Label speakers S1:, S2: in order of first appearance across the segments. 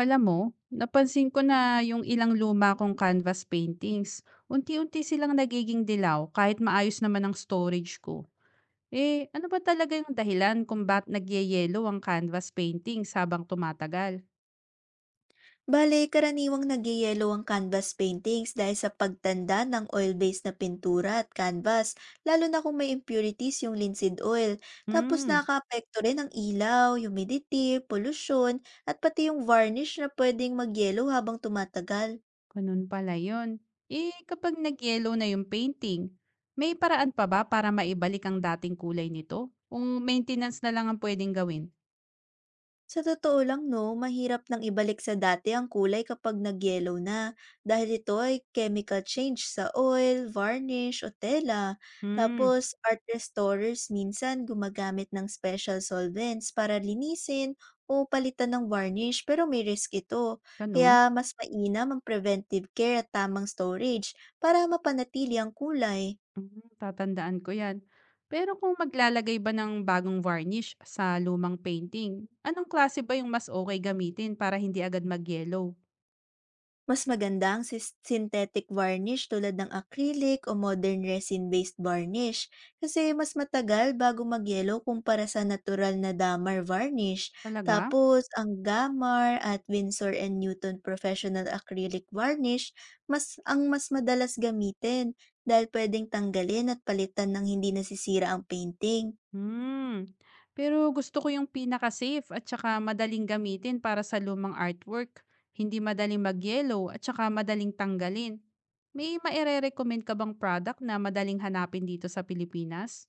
S1: Alam mo, napansin ko na yung ilang luma kong canvas paintings, unti-unti silang nagiging dilaw kahit maayos naman ang storage ko. Eh, ano ba talaga yung dahilan kung ba't nagyeyelo ang canvas paintings habang tumatagal?
S2: Bale, karaniwang nagyayelo ang canvas paintings dahil sa pagtanda ng oil-based na pintura at canvas, lalo na kung may impurities yung linseed oil. Tapos
S1: Hmm,
S2: nakakaapekto rin ang ilaw, humidity, pollution, at pati yung varnish na pwedeng magyelo habang tumatagal.
S1: ganun pala yun. Eh, kapag nagyelo na yung painting, may paraan pa ba para maibalik ang dating kulay nito? O maintenance na lang ang pwedeng gawin?
S2: Sa totoo lang no, mahirap nang ibalik sa dati ang kulay kapag nag-yellow na dahil ito ay chemical change sa oil, varnish o tela.
S1: Hmm,
S2: Tapos art restorers minsan gumagamit ng special solvents para linisin o palitan ng varnish pero may risk ito. Kaya
S1: ganun?
S2: mas mainam ang preventive care at tamang storage para mapanatili ang kulay.
S1: Hmm, tatandaan ko 'yan. Pero kung maglalagay ba ng bagong varnish sa lumang painting, anong klase ba yung mas okay gamitin para hindi agad mag-yellow?
S2: Mas maganda ang synthetic varnish tulad ng acrylic o modern resin-based varnish kasi mas matagal bago magyelo kumpara sa natural na damar varnish.
S1: Talaga?
S2: Tapos, ang Gamar at Winsor and Newton Professional Acrylic Varnish ang mas madalas gamitin dahil pwedeng tanggalin at palitan ng hindi nasisira ang painting.
S1: Hmm. Pero gusto ko yung pinaka-safe at saka madaling gamitin para sa lumang artwork, hindi madaling mag-yellow at saka madaling tanggalin. May maire-recommend ka bang product na madaling hanapin dito sa Pilipinas?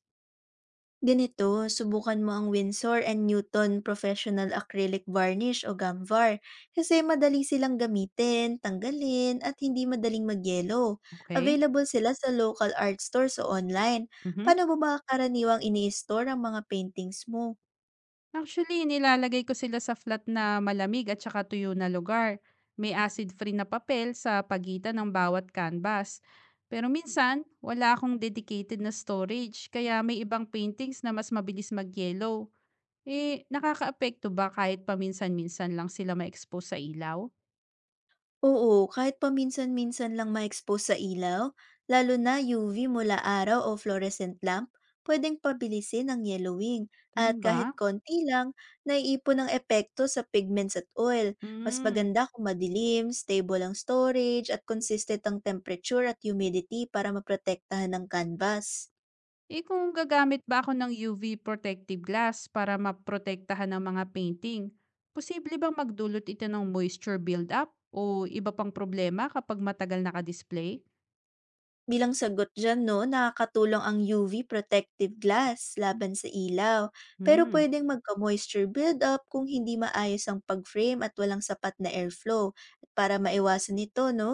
S2: Ganito, subukan mo ang Winsor and Newton Professional Acrylic Varnish o Gamvar kasi madali silang gamitin, tanggalin, at hindi madaling magyelo.
S1: Okay?
S2: Available sila sa local art stores o online.
S1: Mhm.
S2: Paano mo ba karaniwang ini-store ang mga paintings mo?
S1: Actually, nilalagay ko sila sa flat na malamig at saka tuyo na lugar. May acid-free na papel sa pagitan ng bawat canvas. Pero minsan, wala akong dedicated na storage, kaya may ibang paintings na mas mabilis mag-yellow. Eh, nakakaapekto ba kahit paminsan-minsan lang sila ma-expose sa ilaw?
S2: Oo, kahit paminsan-minsan lang ma-expose sa ilaw, lalo na UV mula araw o fluorescent lamp, pwedeng pabilisin ang yellowing at
S1: Ganun
S2: kahit
S1: ba?
S2: konti lang, naiipon ang epekto sa pigments at oil. Mas
S1: Mm.
S2: maganda kung madilim, stable ang storage at consistent ang temperature at humidity para maprotektahan ang canvas.
S1: Eh, kung gagamit ba ako ng UV protective glass para maprotektahan ang mga painting, posible bang magdulot ito ng moisture buildup o iba pang problema kapag matagal naka-display?
S2: Bilang sagot dyan, no, nakakatulong ang UV protective glass laban sa ilaw. Pero
S1: Hmm,
S2: pwedeng magka-moisture buildup kung hindi maayos ang pag-frame at walang sapat na airflow. At para maiwasan ito, no,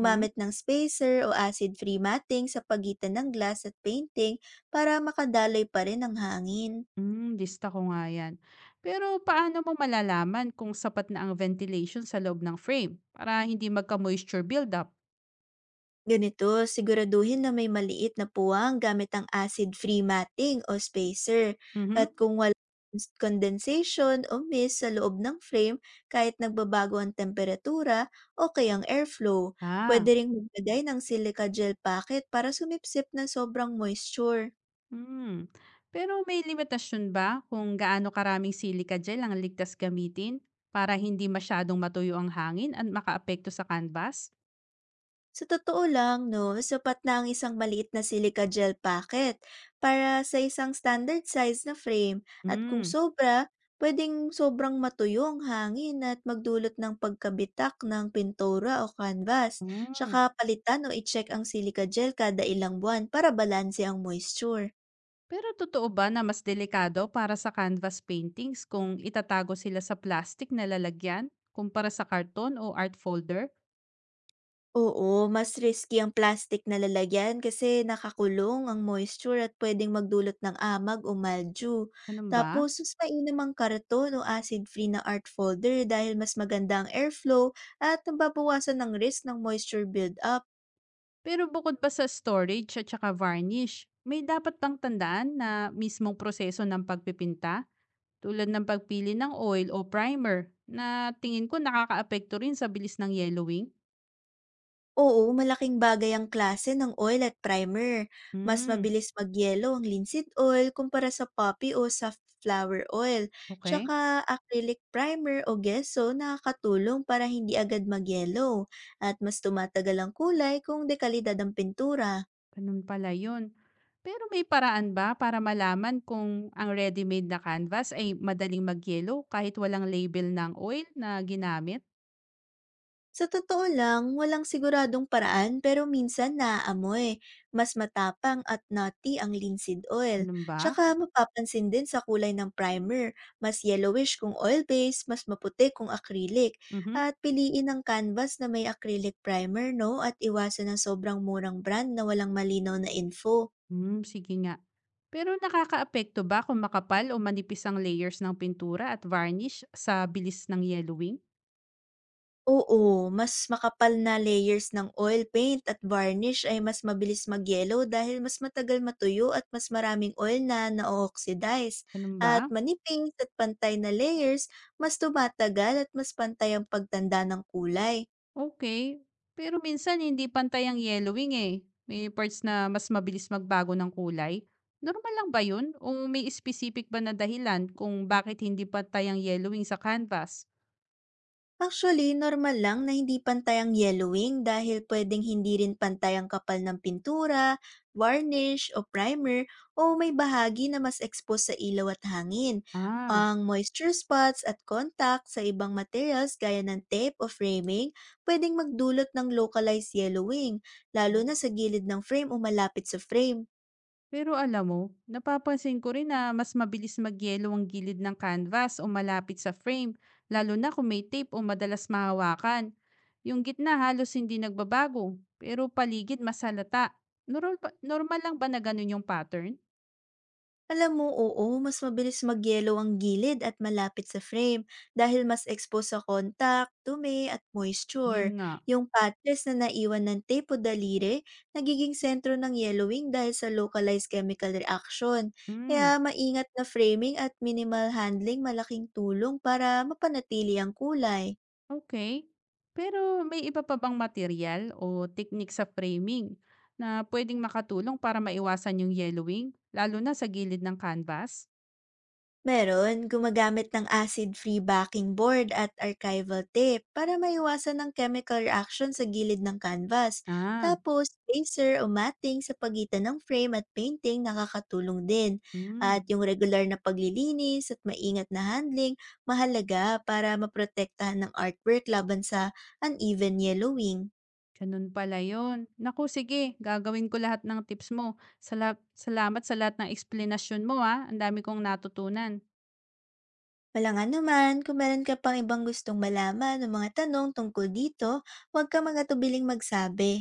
S1: hmm,
S2: ng spacer o acid-free matting sa pagitan ng glass at painting para makadaloy pa rin ang hangin.
S1: hmm, lista ko nga yan. Pero paano mo malalaman kung sapat na ang ventilation sa loob ng frame para hindi magka-moisture buildup?
S2: Ganito, siguraduhin na may maliit na puwang gamit ang acid-free matting o spacer.
S1: Mhm.
S2: At kung wala condensation o mist sa loob ng frame kahit nagbabago ang temperatura o kaya ang airflow.
S1: Ah,
S2: Pwede ring maglagay ng silica gel packet para sumipsip ng sobrang moisture.
S1: hmm, pero may limitasyon ba kung gaano karaming silica gel ang ligtas gamitin para hindi masyadong matuyo ang hangin at makaapekto sa canvas?
S2: Sa totoo lang 'no, sapat na ang isang maliit na silica gel packet para sa isang standard size na frame at kung
S1: Hmm,
S2: sobra, pwedeng sobrang matuyo ang hangin at magdulot ng pagkabitak ng pintura o canvas.
S1: hmm.
S2: Tsaka palitan o i-check ang silica gel kada ilang buwan para balanse ang moisture.
S1: Pero totoo ba na mas delikado para sa canvas paintings kung itatago sila sa plastic na lalagyan kumpara sa karton o art folder?
S2: Oo, mas risky ang plastic na lalagyan kasi nakakulong ang moisture at pwedeng magdulot ng amag o mildew.
S1: Ganun ba?
S2: Tapos, mas mainam ang karton o acid-free na art folder dahil mas maganda ang airflow at nababawasan ng risk ng moisture buildup.
S1: Pero bukod pa sa storage at saka varnish, may dapat bang tandaan na mismong proseso ng pagpipinta tulad ng pagpili ng oil o primer na tingin ko nakakaapekto rin sa bilis ng yellowing.
S2: Oo, malaking bagay ang klase ng oil at primer. Mas
S1: Hmm,
S2: mabilis magyelo ang linseed oil kumpara sa poppy o sa flower oil.
S1: okay.
S2: Tsaka acrylic primer o gesso nakakatulong para hindi agad magyelo at mas tumatagal ang kulay kung dekalidad ang pintura.
S1: Ganun pala yun. Pero may paraan ba para malaman kung ang ready-made na canvas ay madaling mag-yellow kahit walang label ng oil na ginamit?
S2: Sa totoo lang, walang siguradong paraan pero minsan naaamoy. Mas matapang at nutty ang linseed oil.
S1: Ganun ba?
S2: Tsaka mapapansin din sa kulay ng primer. Mas yellowish kung oil-based, mas maputi kung acrylic.
S1: Mhm.
S2: At piliin ang canvas na may acrylic primer no at iwasan ang sobrang murang brand na walang malinaw na info.
S1: Hmm, sige nga. Pero nakakaapekto ba kung makapal o manipis ang layers ng pintura at varnish sa bilis ng yellowing?
S2: Oo, mas makapal na layers ng oil paint at varnish ay mas mabilis mag-yellow dahil mas matagal matuyo at mas maraming oil na na-oxidize.
S1: Ganun
S2: At
S1: ba?
S2: manipis at pantay na layers, mas tumatagal at mas pantay ang pagtanda ng kulay.
S1: Okay, pero minsan hindi pantay ang yellowing, eh. May parts na mas mabilis magbago ng kulay. Normal lang ba yun o may specific ba na dahilan kung bakit hindi pantay ang yellowing sa canvas?
S2: Actually, normal lang na hindi pantay ang yellowing dahil pwedeng hindi rin pantay ang kapal ng pintura, varnish o primer o may bahagi na mas exposed sa ilaw at hangin.
S1: Ah,
S2: Ang moisture spots at contact sa ibang materials gaya ng tape o framing pwedeng magdulot ng localized yellowing, lalo na sa
S1: hmm.
S2: gilid ng frame o malapit sa frame.
S1: Pero alam mo, napapansin ko rin na mas mabilis mag-yellow ang gilid ng canvas o malapit sa frame, lalo na kung may tape o madalas mahawakan. Yung gitna halos hindi nagbabago, pero paligid mas halata. Norol ba Normal lang ba na ganun yung pattern?
S2: Alam mo, oo, mas mabilis magyelo ang gilid at malapit sa frame dahil mas exposed sa contact, dumi at moisture.
S1: Yun nga.
S2: Yung patches na naiwan ng tape o daliri, nagiging sentro ng yellowing dahil sa localized chemical reaction. Kaya
S1: Hmm,
S2: maingat na framing at minimal handling malaking tulong para mapanatili ang kulay.
S1: okey. Pero may iba pa bang materyal o technique sa framing na pwedeng makatulong para maiwasan yung yellowing, lalo na sa gilid ng canvas?
S2: Meron, gumagamit ng acid-free backing board at archival tape para maiwasan ng chemical reaction sa gilid ng canvas.
S1: Ah,
S2: Tapos, laser o matting sa pagitan ng frame at painting nakakatulong din. At
S1: hmm,
S2: yung regular na paglilinis at maingat na handling, mahalaga para maprotektahan ng artwork laban sa uneven yellowing.
S1: ganun pala yun. Naku, sige, gagawin ko lahat ng tips mo. Salamat sa lahat ng explanation mo, ah, ang dami kong natutunan.
S2: Wala nga naman, kung meron ka pang ibang gustong malaman ng mga tanong tungkol dito, huwag ka magatubiling magsabi.